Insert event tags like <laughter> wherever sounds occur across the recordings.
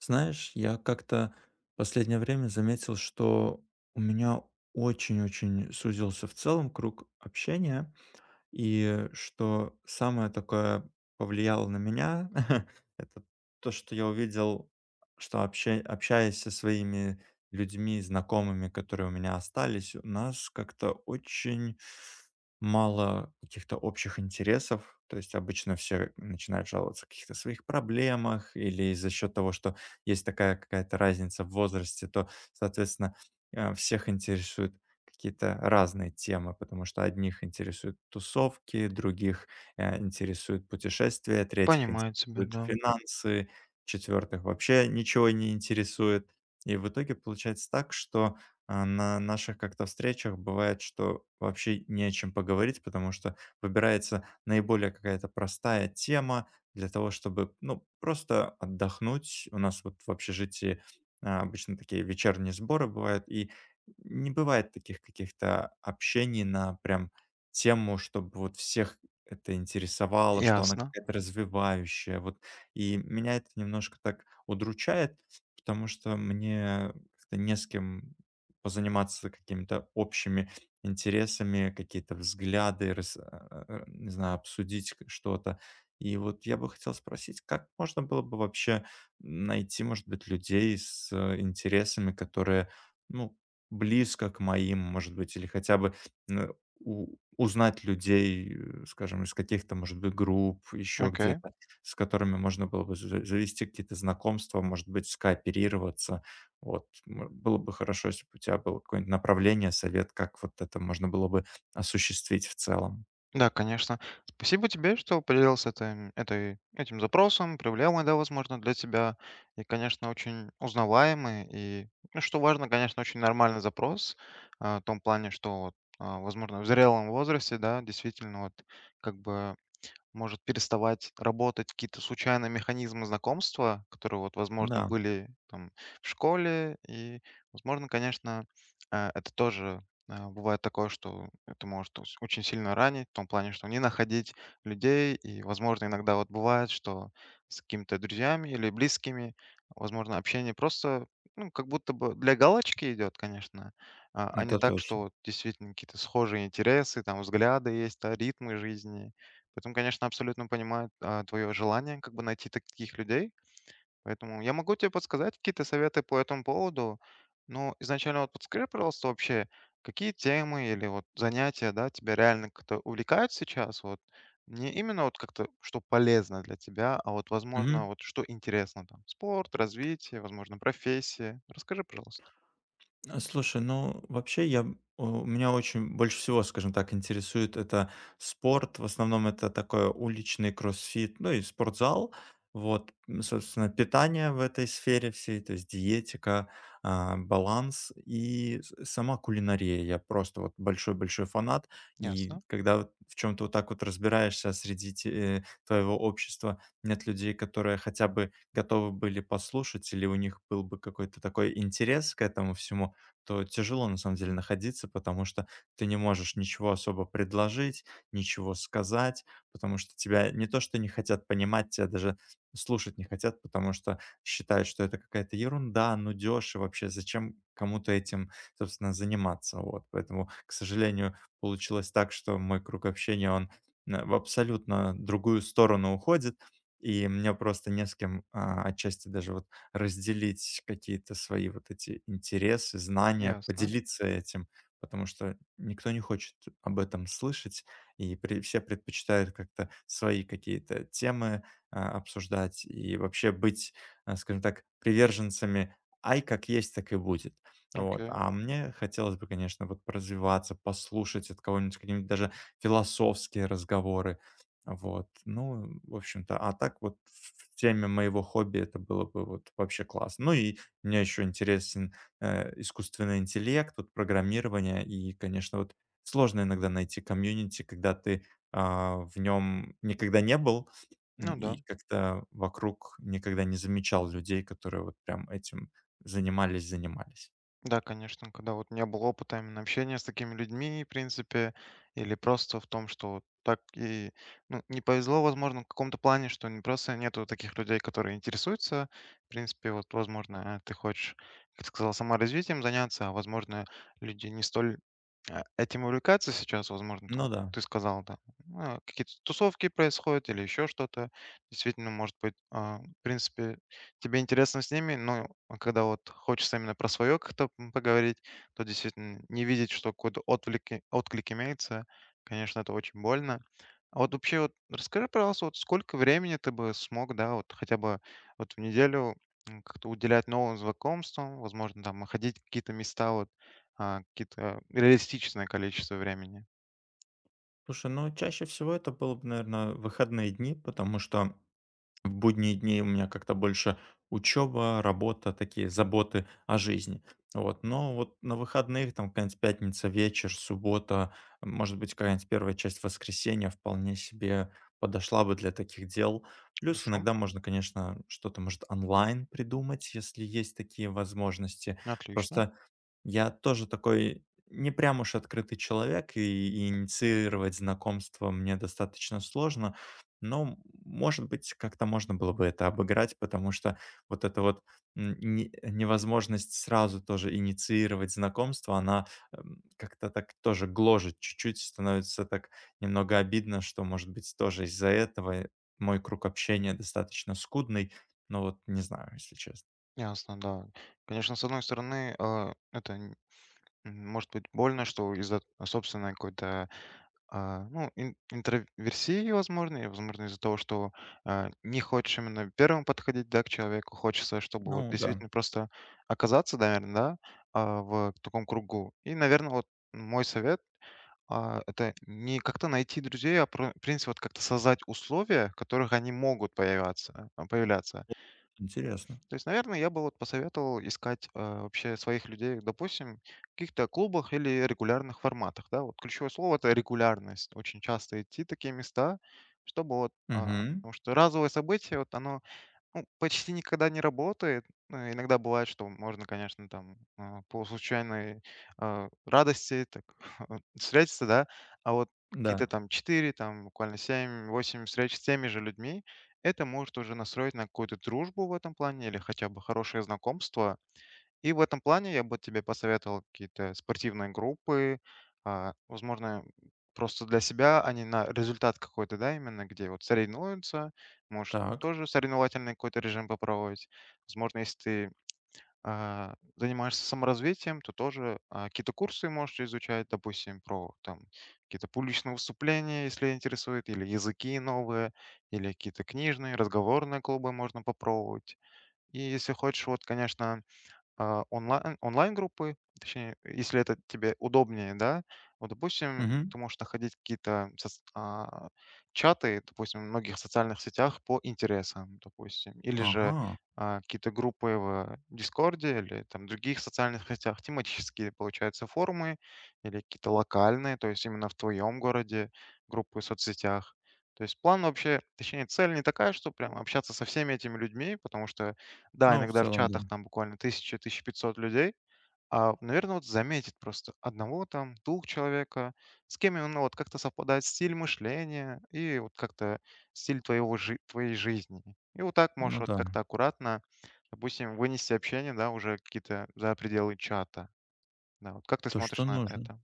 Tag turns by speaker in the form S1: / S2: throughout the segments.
S1: Знаешь, я как-то последнее время заметил, что у меня очень-очень сузился в целом круг общения. И что самое такое повлияло на меня, <laughs> это то, что я увидел, что общаясь со своими людьми, знакомыми, которые у меня остались, у нас как-то очень мало каких-то общих интересов. То есть обычно все начинают жаловаться о каких-то своих проблемах или за счет того, что есть такая какая-то разница в возрасте, то, соответственно, всех интересует какие-то разные темы, потому что одних интересуют тусовки, других, интересуют путешествия, третьих
S2: Понимаю тебя,
S1: интересуют
S2: да.
S1: финансы, четвертых вообще ничего не интересует. И в итоге получается так, что, на наших как-то встречах бывает, что вообще не о чем поговорить, потому что выбирается наиболее какая-то простая тема для того, чтобы, ну, просто отдохнуть. У нас вот в общежитии, обычно такие вечерние сборы бывают, и не бывает таких каких-то общений на прям тему, чтобы вот всех это интересовало, что она
S2: Ясно.
S1: какая-то развивающая. Вот. И меня это немножко так удручает, потому что мне как-то не с кем позаниматься какими-то общими интересами, какие-то взгляды, не знаю, обсудить что-то. И вот я бы хотел спросить, как можно было бы вообще найти, может быть, людей с интересами, которые ну, близко к моим, может быть, или хотя бы н у узнать людей, скажем, из каких-то, может быть, групп, еще
S2: Окей.
S1: где-то, с которыми можно было бы за завести какие-то знакомства, может быть, скооперироваться. Вот, было бы хорошо, если бы у тебя было какое-нибудь направление, совет, как вот это можно было бы осуществить в целом.
S2: Да, конечно. Спасибо тебе, что поделился этим запросом, проблемой, да, возможно, для тебя. И, конечно, очень узнаваемый. И, ну, что важно, конечно, очень нормальный запрос в том плане, что, вот, возможно, в зрелом возрасте, да, действительно, вот, как бы может переставать работать какие-то случайные механизмы знакомства, которые вот, возможно,
S1: Да,
S2: были там в школе. И, возможно, конечно, это тоже бывает такое, что это может очень сильно ранить, в том плане, что не находить людей. И, возможно, иногда вот бывает, что с какими-то друзьями или близкими, возможно, общение просто ну, как будто бы для галочки идет, конечно,
S1: вот
S2: не
S1: это
S2: так, что
S1: точно.
S2: вот действительно какие-то схожие интересы, там взгляды есть, да, ритмы жизни. Поэтому, конечно, абсолютно понимаю, твое желание как бы найти таких людей. Поэтому я могу тебе подсказать какие-то советы по этому поводу. Но изначально вот подскажи, пожалуйста, вообще, какие темы или вот занятия, да, тебя реально как-то увлекают сейчас? Вот не именно вот как-то, что полезно для тебя, а вот, возможно, вот что интересно там. Спорт, развитие, возможно, профессия. Расскажи, пожалуйста.
S1: А, слушай, ну, вообще у меня очень больше всего, скажем так, интересует это спорт. В основном это такой уличный кроссфит, ну и спортзал. Вот, собственно, питание в этой сфере всей, то есть диетика, баланс и с сама кулинария. Я просто вот большой-большой фанат. И
S2: Ясно,
S1: когда вот в чем то вот так вот разбираешься среди твоего общества, нет людей, которые хотя бы готовы были послушать или у них был бы какой-то такой интерес к этому всему, то тяжело на самом деле находиться, потому что ты не можешь ничего особо предложить, ничего сказать, потому что тебя не то что не хотят понимать, тебя даже слушать не хотят, потому что считают, что это какая-то ерунда, нудёж и вообще зачем кому-то этим, собственно, заниматься. Вот, поэтому, к сожалению, получилось так, что мой круг общения, он на в абсолютно другую сторону уходит, и мне просто не с кем, отчасти даже вот разделить какие-то свои вот эти интересы, знания,
S2: ясно.
S1: поделиться этим, потому что никто не хочет об этом слышать, и пре все предпочитают как-то свои какие-то темы, обсуждать и вообще быть, скажем так, приверженцами: "Ай, как есть, так и будет". Вот.
S2: Окей.
S1: А мне хотелось бы, конечно, вот поразвиваться, послушать от кого-нибудь какие-нибудь даже философские разговоры, вот, ну, в общем-то, а так вот в теме моего хобби это было бы вот вообще классно. Ну и мне еще интересен искусственный интеллект, вот программирование и, конечно, вот сложно иногда найти комьюнити, когда ты в нем никогда не был,
S2: Ну
S1: и
S2: да.
S1: как-то вокруг никогда не замечал людей, которые вот прям этим занимались, занимались.
S2: Да, конечно, когда вот не было опыта именно общения с такими людьми, в принципе, или просто в том, что вот так и ну, не повезло, возможно, в каком-то плане, что не просто нету таких людей, которые интересуются. В принципе, вот, возможно, ты хочешь, как ты сказал, саморазвитием заняться, а возможно, люди не столь этим увлекаться сейчас, возможно, т вот
S1: Ну да.
S2: ты сказал, да, ну, какие-то тусовки происходят или еще что-то. Действительно, может быть, в принципе, тебе интересно с ними, но когда вот хочется именно про свое как-то, поговорить, то действительно не видеть, что какой-то отвлек отклик имеется, конечно, это очень больно. А вот вообще вот расскажи, пожалуйста, вот сколько времени ты бы смог, да, вот хотя бы вот в неделю как-то уделять новым знакомствам, возможно, там находить какие-то места, вот какие-то реалистичное количество времени.
S1: Слушай, ну чаще всего это было бы, наверное, выходные дни, потому что в будние дни у меня как-то больше учеба, работа, такие заботы о жизни. Вот. Но вот на выходных, там, какая-нибудь пятница, вечер, суббота, может быть, какая-нибудь первая часть воскресенья вполне себе подошла бы для таких дел. Плюс
S2: Хорошо,
S1: иногда можно, конечно, что-то, может, онлайн придумать, если есть такие возможности.
S2: отлично,
S1: Просто я тоже такой не прям уж открытый человек, и инициировать знакомство мне достаточно сложно. Но, может быть, как-то можно было бы это обыграть, потому что вот эта вот невозможность сразу тоже инициировать знакомство, она как-то так тоже гложет чуть-чуть, становится так немного обидно, что, может быть, тоже из-за этого мой круг общения достаточно скудный. Но вот не знаю, если честно.
S2: ясно, да. Конечно, с одной стороны, это может быть больно, что из-за собственной какой-то А, ну, ин интроверсии, возможно, и, возможно, из-за того, что, не хочешь именно первым подходить, да, к человеку. Хочется, чтобы вот
S1: Ну да,
S2: действительно просто оказаться, наверное, да, в таком кругу. И, наверное, вот мой совет, это не как-то найти друзей, а про в принципе, вот как-то создать условия, в которых они могут появятся появляться.
S1: интересно.
S2: То есть, наверное, я бы вот посоветовал искать вообще своих людей, допустим, в каких-то клубах или регулярных форматах, да. Вот ключевое слово это регулярность. Очень часто идти в такие места, чтобы вот,
S1: Угу,
S2: потому что разовое событие, вот оно ну, почти никогда не работает. Иногда бывает, что можно, конечно, там по случайной радости так <laughs> встретиться, да, а вот какие-то
S1: да.
S2: там 4, там буквально семь, восемь встреч с теми же людьми, это может уже настроить на какую-то дружбу в этом плане или хотя бы хорошее знакомство. И в этом плане я бы тебе посоветовал какие-то спортивные группы, возможно, просто для себя, а не на результат какой-то, да, именно где вот соревнуются, может, ну,
S1: Так.
S2: тоже соревновательный какой-то режим попробовать. Возможно, если ты занимаешься саморазвитием, то тоже какие-то курсы можешь изучать, допустим, про там какие-то публичные выступления, если интересует, или языки новые, или какие-то книжные, разговорные клубы можно попробовать. И если хочешь, вот, конечно, онлайн-группы, точнее, если это тебе удобнее, да. Вот, допустим,
S1: Мгм.
S2: ты можешь находить какие-то чаты, допустим, в многих социальных сетях по интересам, допустим, или же
S1: Ага.
S2: какие-то группы в Дискорде или там других социальных сетях, тематические, получается, форумы или какие-то локальные, то есть именно в твоем городе группы в соцсетях. То есть план вообще, точнее, цель не такая, что прям общаться со всеми этими людьми, потому что да,
S1: Ну, в
S2: иногда в
S1: целом, да.
S2: чатах там буквально 1000 пятьсот людей, наверное, вот заметит просто одного там, двух человека, с кем именно вот как-то совпадает стиль мышления и вот как-то стиль твоей жизни. И вот так можешь
S1: Ну
S2: вот
S1: да.
S2: как-то аккуратно, допустим, вынести общение, да, уже какие-то за пределы чата. Да, вот как ты
S1: То,
S2: смотришь
S1: что
S2: на
S1: нужно.
S2: это?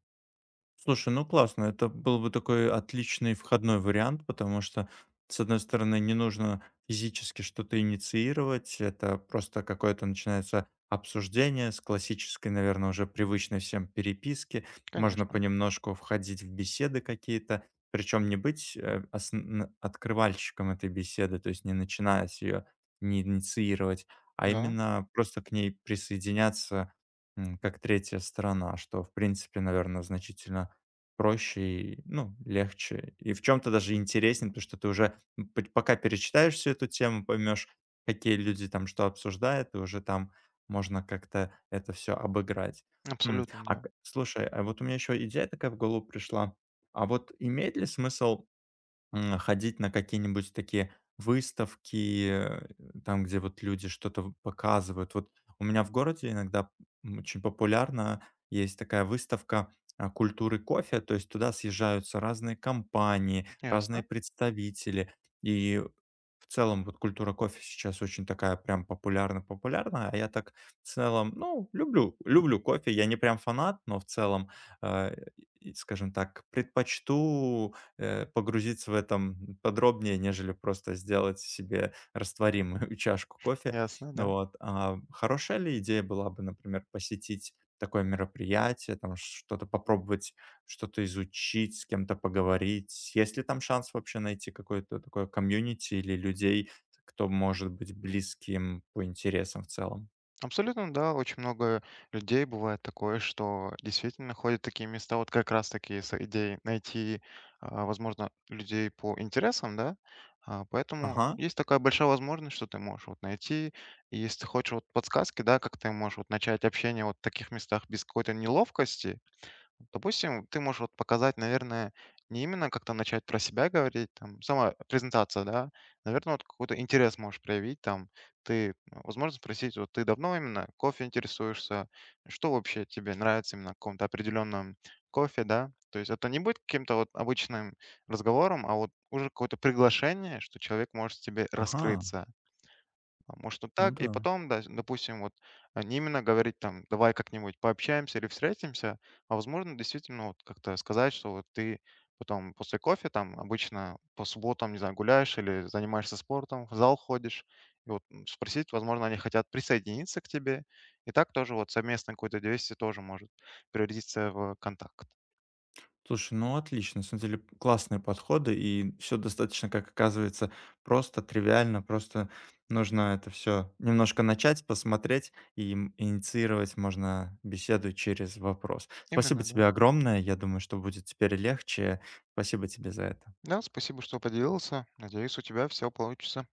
S1: Слушай, ну классно. Это был бы такой отличный входной вариант, потому что, с одной стороны, не нужно физически что-то инициировать. Это просто какое-то начинается обсуждение с классической, наверное, уже привычной всем переписки. Можно
S2: Конечно,
S1: понемножку входить в беседы какие-то, причем не быть открывальщиком этой беседы, то есть не начинать ее, не инициировать, а
S2: да,
S1: именно просто к ней присоединяться, как третья сторона, что, в принципе, наверное, значительно проще и, ну, легче, и в чем то даже интереснее, потому что ты уже, м, п пока перечитаешь всю эту тему, поймешь какие люди там что обсуждают, и уже там можно как-то это все обыграть. М,
S2: абсолютно,
S1: а
S2: да.
S1: к слушай, а вот у меня еще идея такая в голову пришла. А вот имеет ли смысл ходить на какие-нибудь такие выставки, там, где вот люди что-то показывают. Вот у меня в городе иногда очень популярна есть такая выставка культуры кофе, то есть туда съезжаются разные компании, разные
S2: Ясно,
S1: представители, и в целом вот культура кофе сейчас очень такая прям популярна-популярная, а я так в целом, ну, люблю, люблю кофе, я не прям фанат, но в целом, э, скажем так, предпочту погрузиться в этом подробнее, нежели просто сделать себе растворимую <laughs> чашку кофе.
S2: ясно, да.
S1: Вот. А хорошая ли идея была бы, например, посетить такое мероприятие, там что-то попробовать, что-то изучить, с кем-то поговорить? Есть ли там шанс вообще найти какое-то такое комьюнити или людей, кто может быть близким по интересам в целом?
S2: Абсолютно, да, очень много людей бывает такое, что действительно ходят в такие места, вот как раз таки с идеей найти, возможно, людей по интересам, да, А, поэтому
S1: Ага,
S2: есть такая большая возможность, что ты можешь вот найти, и если ты хочешь вот подсказки, да, как ты можешь вот начать общение вот в таких местах без какой-то неловкости, допустим, ты можешь вот показать, наверное, не именно как-то начать про себя говорить, там, сама презентация, да, наверное, вот какой-то интерес можешь проявить, там, ты, ну, возможно, спросить, вот ты давно именно кофе интересуешься, что вообще тебе нравится именно в каком-то определенном кофе, да, то есть это не будет каким-то вот обычным разговором, а вот уже какое-то приглашение, что человек может тебе
S1: ага,
S2: раскрыться. А может, вот
S1: ну
S2: так. И
S1: да.
S2: потом, да, допустим, вот не именно говорить там, давай как-нибудь пообщаемся или встретимся, а возможно, действительно, вот как-то сказать, что вот ты потом после кофе там обычно по субботам, не знаю, гуляешь или занимаешься спортом, в зал ходишь, и вот спросить, возможно, они хотят присоединиться к тебе, и так тоже вот совместное какое-то действие тоже может превратиться в контакт.
S1: Слушай, ну отлично, на самом деле классные подходы, и все достаточно, как оказывается, просто, тривиально, просто нужно это все немножко начать, посмотреть и инициировать можно беседу через вопрос.
S2: Именно,
S1: Спасибо
S2: да.
S1: тебе огромное, я думаю, что будет теперь легче. Спасибо тебе за это.
S2: Да, спасибо, что поделился. Надеюсь, у тебя все получится.